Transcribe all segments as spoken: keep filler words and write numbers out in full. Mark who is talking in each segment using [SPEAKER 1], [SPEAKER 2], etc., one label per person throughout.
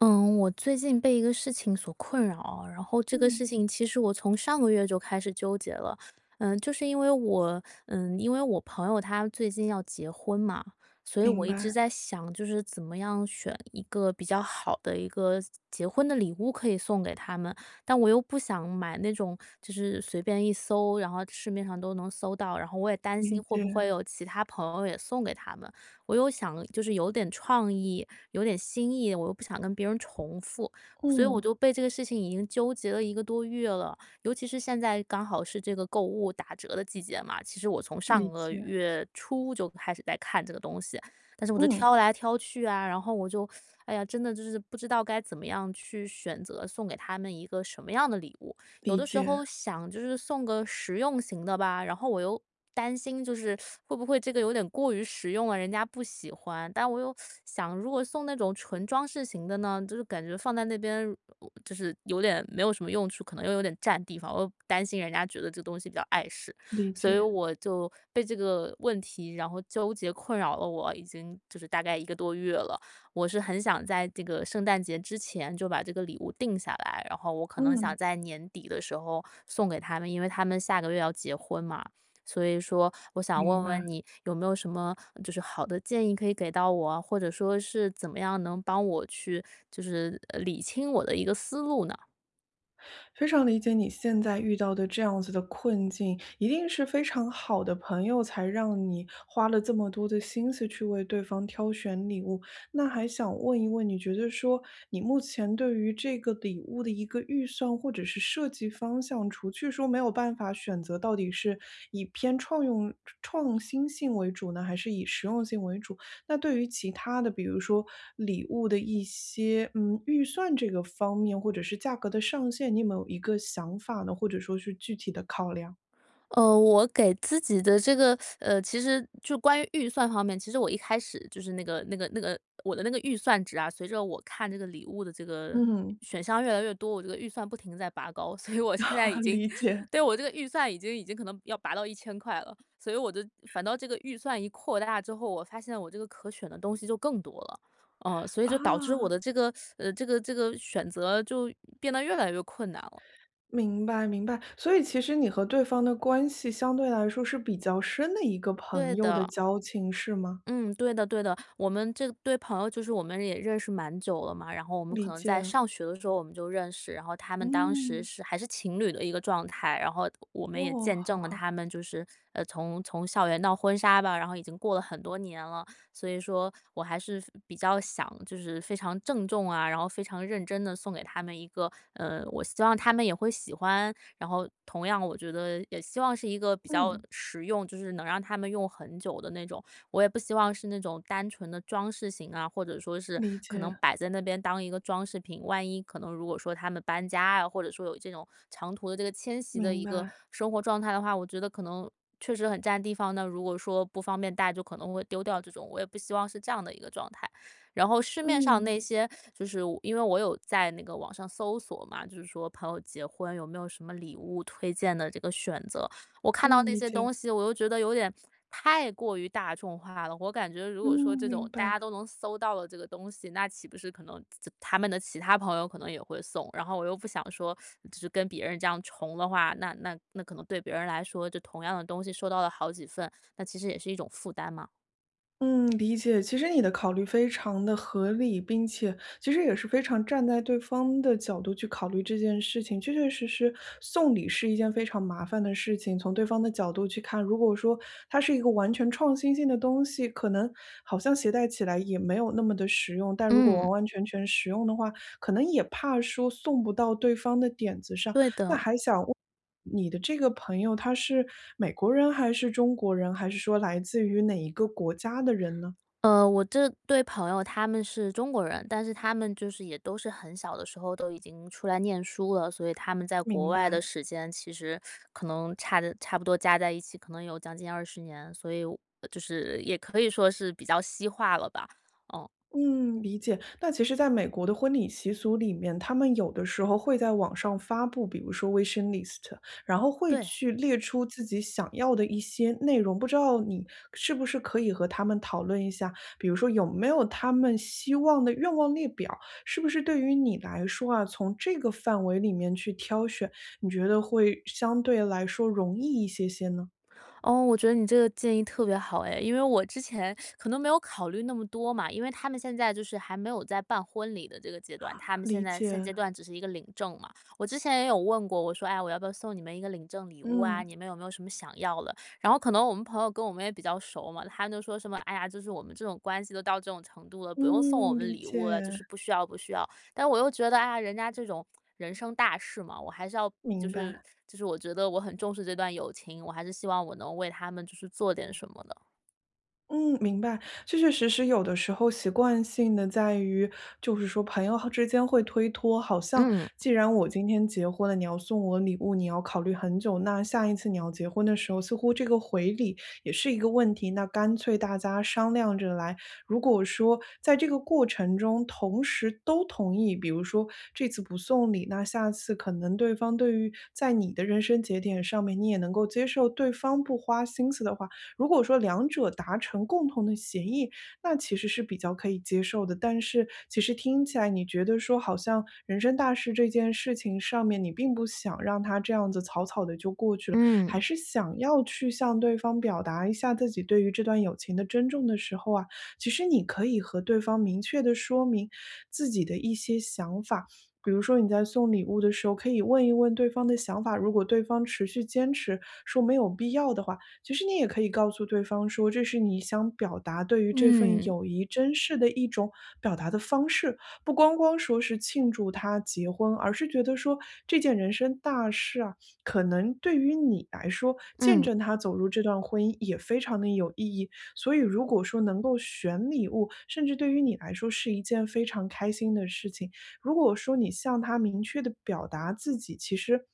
[SPEAKER 1] 嗯，我最近被一个事情所困扰，然后这个
[SPEAKER 2] 嗯，
[SPEAKER 1] 事情其实我从上个月就开始纠结了。嗯，就是因为我，嗯，因为我朋友他最近要结婚嘛，所以
[SPEAKER 2] 明
[SPEAKER 1] 我一直
[SPEAKER 2] 白，
[SPEAKER 1] 在想，就是怎么样选一个比较好的一个结婚的礼物可以送给他们，但我又不想买那种就是随便一搜，然后市面上都能搜到，然后我也担心
[SPEAKER 2] 理
[SPEAKER 1] 会
[SPEAKER 2] 解，
[SPEAKER 1] 不会有其他朋友也送给他们，我又想就是有点创意。有点新意，我又不想跟别人重复，所以我
[SPEAKER 2] 嗯，
[SPEAKER 1] 就被这个事情已经纠结了一个多月了。尤其是现在刚好是这个购物打折的季节嘛，其实我从上
[SPEAKER 2] 理
[SPEAKER 1] 个
[SPEAKER 2] 解，
[SPEAKER 1] 月初就开始在看这个东西，但是我就
[SPEAKER 2] 嗯，
[SPEAKER 1] 挑来挑去啊，然后我就，哎呀，真的就是不知道该怎么样去选择送给他们一个什么样的礼物。有
[SPEAKER 2] 理
[SPEAKER 1] 的时
[SPEAKER 2] 解，
[SPEAKER 1] 候想就是送个实用型的吧，然后我又担心就是会不会这个有点过于实用了，人家不喜欢。但我又想，如果送那种纯装饰型的呢，就是感觉放在那边，呃就是有点没有什么用处，可能又有点占地方，我又担心人家觉得这个东西比较碍事，
[SPEAKER 2] 理
[SPEAKER 1] 所以
[SPEAKER 2] 解，
[SPEAKER 1] 我就被这个问题然后纠结困扰了我已经就是大概一个多月了。我是很想在这个圣诞节之前就把这个礼物定下来，然后我可能想
[SPEAKER 2] 嗯，
[SPEAKER 1] 在年底的时候送给他们，因为他们下个月要结婚嘛，所以说我想
[SPEAKER 2] 明
[SPEAKER 1] 问
[SPEAKER 2] 白。
[SPEAKER 1] 问你有没有什么就是好的建议可以给到我啊或者说是怎么样能帮我去就是呃理清我的一个思路呢？
[SPEAKER 2] 非常理解你现在遇到的这样子的困境，一定是非常好的朋友才让你花了这么多的心思去为对方挑选礼物。那还想问一问，你觉得说你目前对于这个礼物的一个预算或者是设计方向，除去说没有办法选择到底是以偏创用创新性为主呢，还是以实用性为主？那对于其他的，比如说礼物的一些，嗯，预算这个方面，或者是价格的上限，你有没有一个想法呢？或者说是具体的考量？
[SPEAKER 1] 呃，我给自己的这个，呃，其实就关于预算方面，其实我一开始就是那个那个那个我的那个预算值啊，随着我看这个礼物的这个
[SPEAKER 2] 嗯，
[SPEAKER 1] 选项越来越多，我这个预算不停地在拔高，所以我 现在
[SPEAKER 2] 啊，
[SPEAKER 1] 已经
[SPEAKER 2] 理 解。
[SPEAKER 1] 对，我这个预算已经已经可能要拔到一千块了，所以我就反倒这个预算一扩大之后，我发现我这个可选的东西就更多了。呃，所以
[SPEAKER 2] 啊，
[SPEAKER 1] 就导致我的这个，呃，这个这个选择就变得越来越困难了。
[SPEAKER 2] 明白明白。所以其实你和对方的关系相对来说是比较深的一个
[SPEAKER 1] 对
[SPEAKER 2] 朋友的
[SPEAKER 1] 的。
[SPEAKER 2] 交情，是吗？
[SPEAKER 1] 嗯，对的对的，我们这对朋友就是我们也认识蛮久了嘛，然后我们可
[SPEAKER 2] 理
[SPEAKER 1] 能在
[SPEAKER 2] 解。
[SPEAKER 1] 上学的时候我们就认识，然后他们当时
[SPEAKER 2] 嗯，
[SPEAKER 1] 是还是情侣的一个状态，然后我们也
[SPEAKER 2] 哦，
[SPEAKER 1] 见
[SPEAKER 2] 很
[SPEAKER 1] 证了
[SPEAKER 2] 好。
[SPEAKER 1] 他们就是呃从从校园到婚纱吧，然后已经过了很多年了，所以说我还是比较想就是非常郑重啊，然后非常认真的送给他们一个呃，我希望他们也会喜欢，然后同样我觉得也希望是一个比较
[SPEAKER 2] 嗯，
[SPEAKER 1] 实用，就是能让他们用很久的那种。我也不希望是那种单纯的装饰型啊，或者说是
[SPEAKER 2] 理
[SPEAKER 1] 可
[SPEAKER 2] 解，
[SPEAKER 1] 能摆在那边当一个装饰品。万一可能如果说他们搬家啊，或者说有这种长途的这个迁徙的
[SPEAKER 2] 明
[SPEAKER 1] 一个
[SPEAKER 2] 白。
[SPEAKER 1] 生活状态的话，我觉得可能确实很占地方。那如果说不方便带，就可能会丢掉这种，我也不希望是这样的一个状态。然后市面上
[SPEAKER 2] 嗯，
[SPEAKER 1] 那些，就是我因为我有在那个网上搜索嘛，就是说朋友结婚有没有什么礼物推荐的这个选择。我看到
[SPEAKER 2] 嗯，
[SPEAKER 1] 那
[SPEAKER 2] 理
[SPEAKER 1] 些
[SPEAKER 2] 解。
[SPEAKER 1] 东西，我又觉得有点太过于大众化了。我感觉如果说
[SPEAKER 2] 嗯，
[SPEAKER 1] 这
[SPEAKER 2] 明
[SPEAKER 1] 种大家
[SPEAKER 2] 白。
[SPEAKER 1] 都能搜到的这个东西，那岂不是可能这他们的其他朋友可能也会送？然后我又不想说，就是跟别人这样重的话，那那那可能对别人来说，就同样的东西收到了好几份，那其实也是一种负担嘛。
[SPEAKER 2] 嗯，理解。其实你的考虑非常的合理，并且其实也是非常站在对方的角度去考虑这件事情。确确实实，送礼是一件非常麻烦的事情。从对方的角度去看，如果说它是一个完全创新性的东西，可能好像携带起来也没有那么的实用。但如果
[SPEAKER 1] 嗯。
[SPEAKER 2] 完完全全实用的话，可能也怕说送不到对方的点子上。
[SPEAKER 1] 对的。
[SPEAKER 2] 你的这个朋友他是美国人还是中国人，还是说来自于哪一个国家的人呢？
[SPEAKER 1] 呃，我这对朋友他们是中国人，但是他们就是也都是很小的时候都已经出来念书了，所以他们在国
[SPEAKER 2] 明
[SPEAKER 1] 外的
[SPEAKER 2] 白。
[SPEAKER 1] 时间其实可能差的差不多加在一起，可能有将近二十年，所以我就是也可以说是比较西化了吧。哦，
[SPEAKER 2] 嗯，理解。那其实，在美国的婚礼习俗里面，他们有的时候会在网上发布，比如说 wish list，然后会
[SPEAKER 1] 对。
[SPEAKER 2] 去列出自己想要的一些内容。不知道你是不是可以和他们讨论一下，比如说有没有他们希望的愿望列表，是不是对于你来说啊，从这个范围里面去挑选，你觉得会相对来说容易一些些呢？
[SPEAKER 1] 哦，我觉得你这个建议特别好哎，因为我之前可能没有考虑那么多嘛，因为他们现在就是还没有在办婚礼的这个阶段，他们现
[SPEAKER 2] 理
[SPEAKER 1] 在现阶
[SPEAKER 2] 解，
[SPEAKER 1] 段只是一个领证嘛。我之前也有问过，我说，哎，我要不要送你们一个领证礼物啊？
[SPEAKER 2] 嗯
[SPEAKER 1] 你们有没有什么想要的？然后可能我们朋友跟我们也比较熟嘛，他们就说什么，哎呀，就是我们这种关系都到这种程度了，不用送我
[SPEAKER 2] 嗯，
[SPEAKER 1] 们
[SPEAKER 2] 理
[SPEAKER 1] 礼
[SPEAKER 2] 解，
[SPEAKER 1] 物了，就是不需要，不需要。但我又觉得，哎呀，人家这种人生大事嘛，我还是要就
[SPEAKER 2] 明
[SPEAKER 1] 是
[SPEAKER 2] 白。
[SPEAKER 1] 就是我觉得我很重视这段友情，我还是希望我能为他们就是做点什么的。
[SPEAKER 2] 嗯，明白。确确实实，有的时候习惯性的在于，就是说朋友之间会推脱，好像
[SPEAKER 1] 嗯
[SPEAKER 2] 既然我今天结婚了，你要送我礼物，你要考虑很久，那下一次你要结婚的时候，似乎这个回礼也是一个问题。那干脆大家商量着来。如果说在这个过程中，同时都同意，比如说这次不送礼，那下次可能对方对于在你的人生节点上面，你也能够接受对方不花心思的话。如果说两者达成共同的协议，那其实是比较可以接受的。但是其实听起来你觉得说好像人生大事这件事情上面，你并不想让它这样子草草的就过去了，还
[SPEAKER 1] 嗯
[SPEAKER 2] 是想要去向对方表达一下自己对于这段友情的珍重的时候啊，其实你可以和对方明确的说明自己的一些想法。比如说你在送礼物的时候，可以问一问对方的想法。如果对方持续坚持说没有必要的话，其实你也可以告诉对方说，这是你想表达对于这份
[SPEAKER 1] 嗯。
[SPEAKER 2] 友谊珍视的一种表达的方式，不光光说是庆祝他结婚，而是觉得说这件人生大事啊，可能对于你来说，见
[SPEAKER 1] 嗯
[SPEAKER 2] 证他走入这段婚姻也非常的有意义。所以，如果说能够选礼物，甚至对于你来说是一件非常开心的事情，如果说你向他明确的表达自己，其实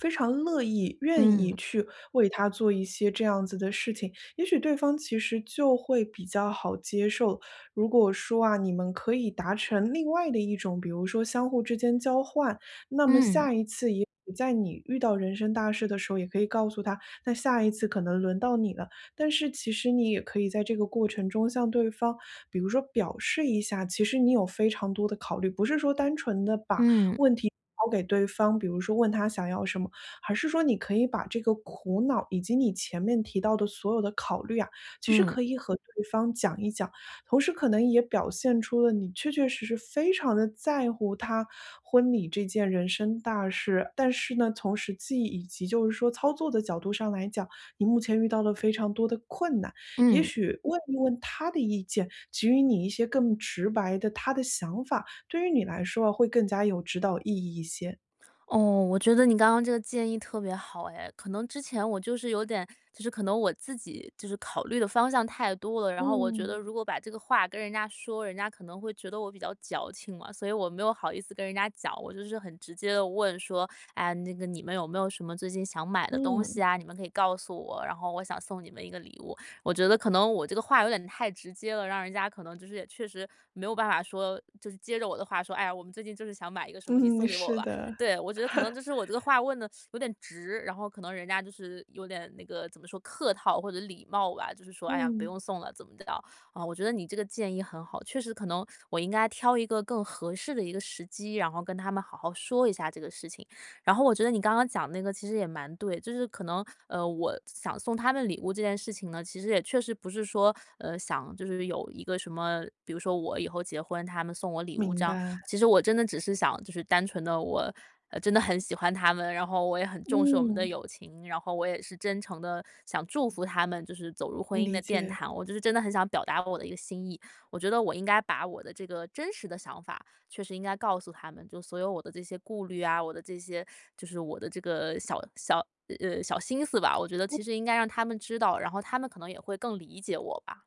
[SPEAKER 2] 非常乐意、愿意
[SPEAKER 1] 嗯
[SPEAKER 2] 去为他做一些这样子的事情，也许对方其实就会比较好接受。如果说啊，你们可以达成另外的一种，比如说相互之间交换，那么
[SPEAKER 1] 嗯
[SPEAKER 2] 下一次也。在你遇到人生大事的时候，也可以告诉他，那下一次可能轮到你了。但是其实你也可以在这个过程中向对方，比如说表示一下，其实你有非常多的考虑，不是说单纯的把
[SPEAKER 1] 嗯
[SPEAKER 2] 问题抛给对方，比如说问他想要什么，还是说你可以把这个苦恼以及你前面提到的所有的考虑啊，其实
[SPEAKER 1] 嗯
[SPEAKER 2] 可以和对方讲一讲，同时可能也表现出了你确确实实非常的在乎他婚礼这件人生大事，但是呢，从实际以及就是说操作的角度上来讲。你目前遇到了非常多的困难，也
[SPEAKER 1] 嗯。
[SPEAKER 2] 许问一问他的意见，给予你一些更直白的他的想法，对于你来说啊会更加有指导意义一些。
[SPEAKER 1] 哦，我觉得你刚刚这个建议特别好哎，可能之前我就是有点，就是可能我自己就是考虑的方向太多了，然后我觉得
[SPEAKER 2] 嗯
[SPEAKER 1] 如果把这个话跟人家说，人家可能会觉得我比较矫情嘛，所以我没有好意思跟人家讲，我就是很直接的问说，哎，那个你们有没有什么最近想买的东西
[SPEAKER 2] 嗯
[SPEAKER 1] 啊？你们可以告诉我，然后我想送你们一个礼物。我觉得可能我这个话有点太直接了，让人家可能就是也确实没有办法说，就是接着我的话说，哎呀，我们最近就是想买一个什么，你送
[SPEAKER 2] 嗯，
[SPEAKER 1] 给我
[SPEAKER 2] 是
[SPEAKER 1] 吧。
[SPEAKER 2] 的，
[SPEAKER 1] 对，我觉得可能就是我这个话问的有点直，然后可能人家就是有点那个怎么说客套或者礼貌吧，就是说，哎呀，不
[SPEAKER 2] 嗯
[SPEAKER 1] 用送了，怎么着啊？我觉得你这个建议很好，确实可能我应该挑一个更合适的一个时机，然后跟他们好好说一下这个事情。然后我觉得你刚刚讲那个其实也蛮对，就是可能呃，我想送他们礼物这件事情呢，其实也确实不是说呃想就是有一个什么，比如说我以后结婚，他们送我礼物
[SPEAKER 2] 明
[SPEAKER 1] 这样。
[SPEAKER 2] 白，
[SPEAKER 1] 其实我真的只是想就是单纯的我。呃，真的很喜欢他们，然后我也很重视我们的
[SPEAKER 2] 嗯。
[SPEAKER 1] 友情，然后我也是真诚的想祝福他们，就是走入婚姻的
[SPEAKER 2] 理
[SPEAKER 1] 殿
[SPEAKER 2] 解。
[SPEAKER 1] 堂。我就是真的很想表达我的一个心意，我觉得我应该把我的这个真实的想法确实应该告诉他们，就所有我的这些顾虑啊，我的这些就是我的这个小小呃，小心思吧，我觉得其实应该让他们知道，然后他们可能也会更理解我吧。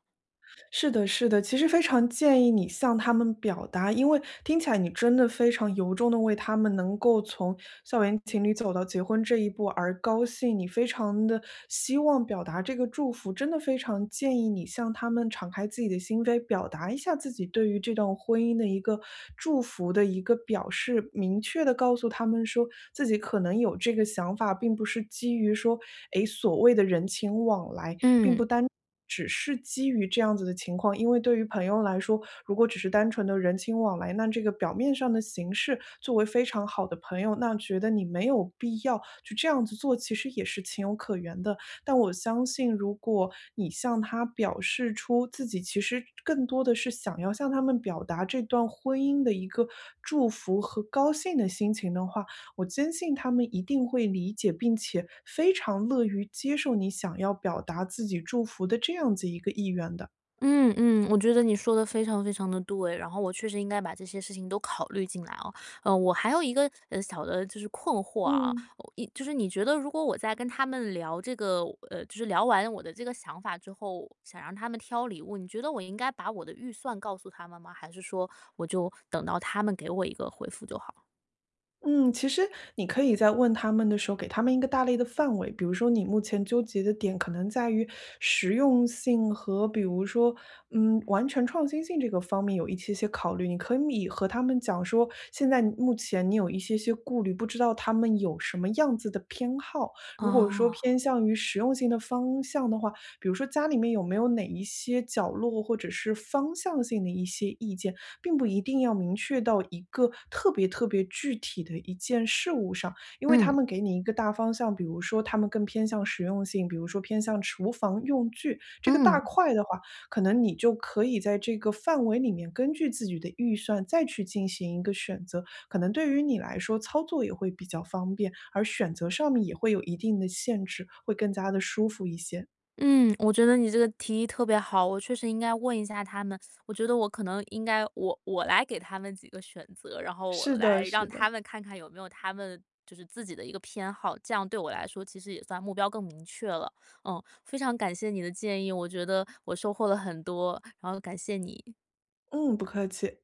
[SPEAKER 2] 是的，是的，其实非常建议你向他们表达，因为听起来你真的非常由衷的为他们能够从校园情侣走到结婚这一步而高兴，你非常的希望表达这个祝福，真的非常建议你向他们敞开自己的心扉，表达一下自己对于这段婚姻的一个祝福的一个表示，明确的告诉他们说自己可能有这个想法，并不是基于说，诶，所谓的人情往来。
[SPEAKER 1] 嗯。
[SPEAKER 2] 只是基于这样子的情况，因为对于朋友来说，如果只是单纯的人情往来，那这个表面上的形式作为非常好的朋友，那觉得你没有必要去这样子做，其实也是情有可原的。但我相信，如果你向他表示出自己其实更多的是想要向他们表达这段婚姻的一个祝福和高兴的心情的话，我坚信他们一定会理解，并且非常乐于接受你想要表达自己祝福的这样子一个意愿的。
[SPEAKER 1] 嗯嗯，我觉得你说的非常非常的对，然后我确实应该把这些事情都考虑进来哦。呃，我还有一个，呃，小的就是困惑啊，
[SPEAKER 2] 嗯。
[SPEAKER 1] 我一就是你觉得如果我在跟他们聊这个呃，就是聊完我的这个想法之后，想让他们挑礼物，你觉得我应该把我的预算告诉他们吗？还是说我就等到他们给我一个回复就好？
[SPEAKER 2] 嗯，其实你可以在问他们的时候，给他们一个大类的范围，比如说你目前纠结的点可能在于实用性和比如说，嗯，完全创新性这个方面有一些些考虑。你可以和他们讲说，现在目前你有一些些顾虑，不知道他们有什么样子的偏好。如果说
[SPEAKER 1] 啊？
[SPEAKER 2] 偏向于实用性的方向的话，比如说家里面有没有哪一些角落或者是方向性的一些意见，并不一定要明确到一个特别特别具体的一件事物上，因为他
[SPEAKER 1] 嗯，
[SPEAKER 2] 们给你一个大方向，比如说他们更偏向实用性，比如说偏向厨房用具这个
[SPEAKER 1] 嗯。
[SPEAKER 2] 大块的话，可能你就可以在这个范围里面，根据自己的预算再去进行一个选择。可能对于你来说，操作也会比较方便，而选择上面也会有一定的限制，会更加的舒服一些。
[SPEAKER 1] 嗯，我觉得你这个提议特别好，我确实应该问一下他们。我觉得我可能应该我我来给他们几个选择，然后我
[SPEAKER 2] 是的，
[SPEAKER 1] 来让
[SPEAKER 2] 是
[SPEAKER 1] 他
[SPEAKER 2] 的，
[SPEAKER 1] 们看看有没有他们就是自己的一个偏好，这样对我来说其实也算目标更明确了。嗯，非常感谢你的建议，我觉得我收获了很多，然后感谢你。
[SPEAKER 2] 嗯，不客气。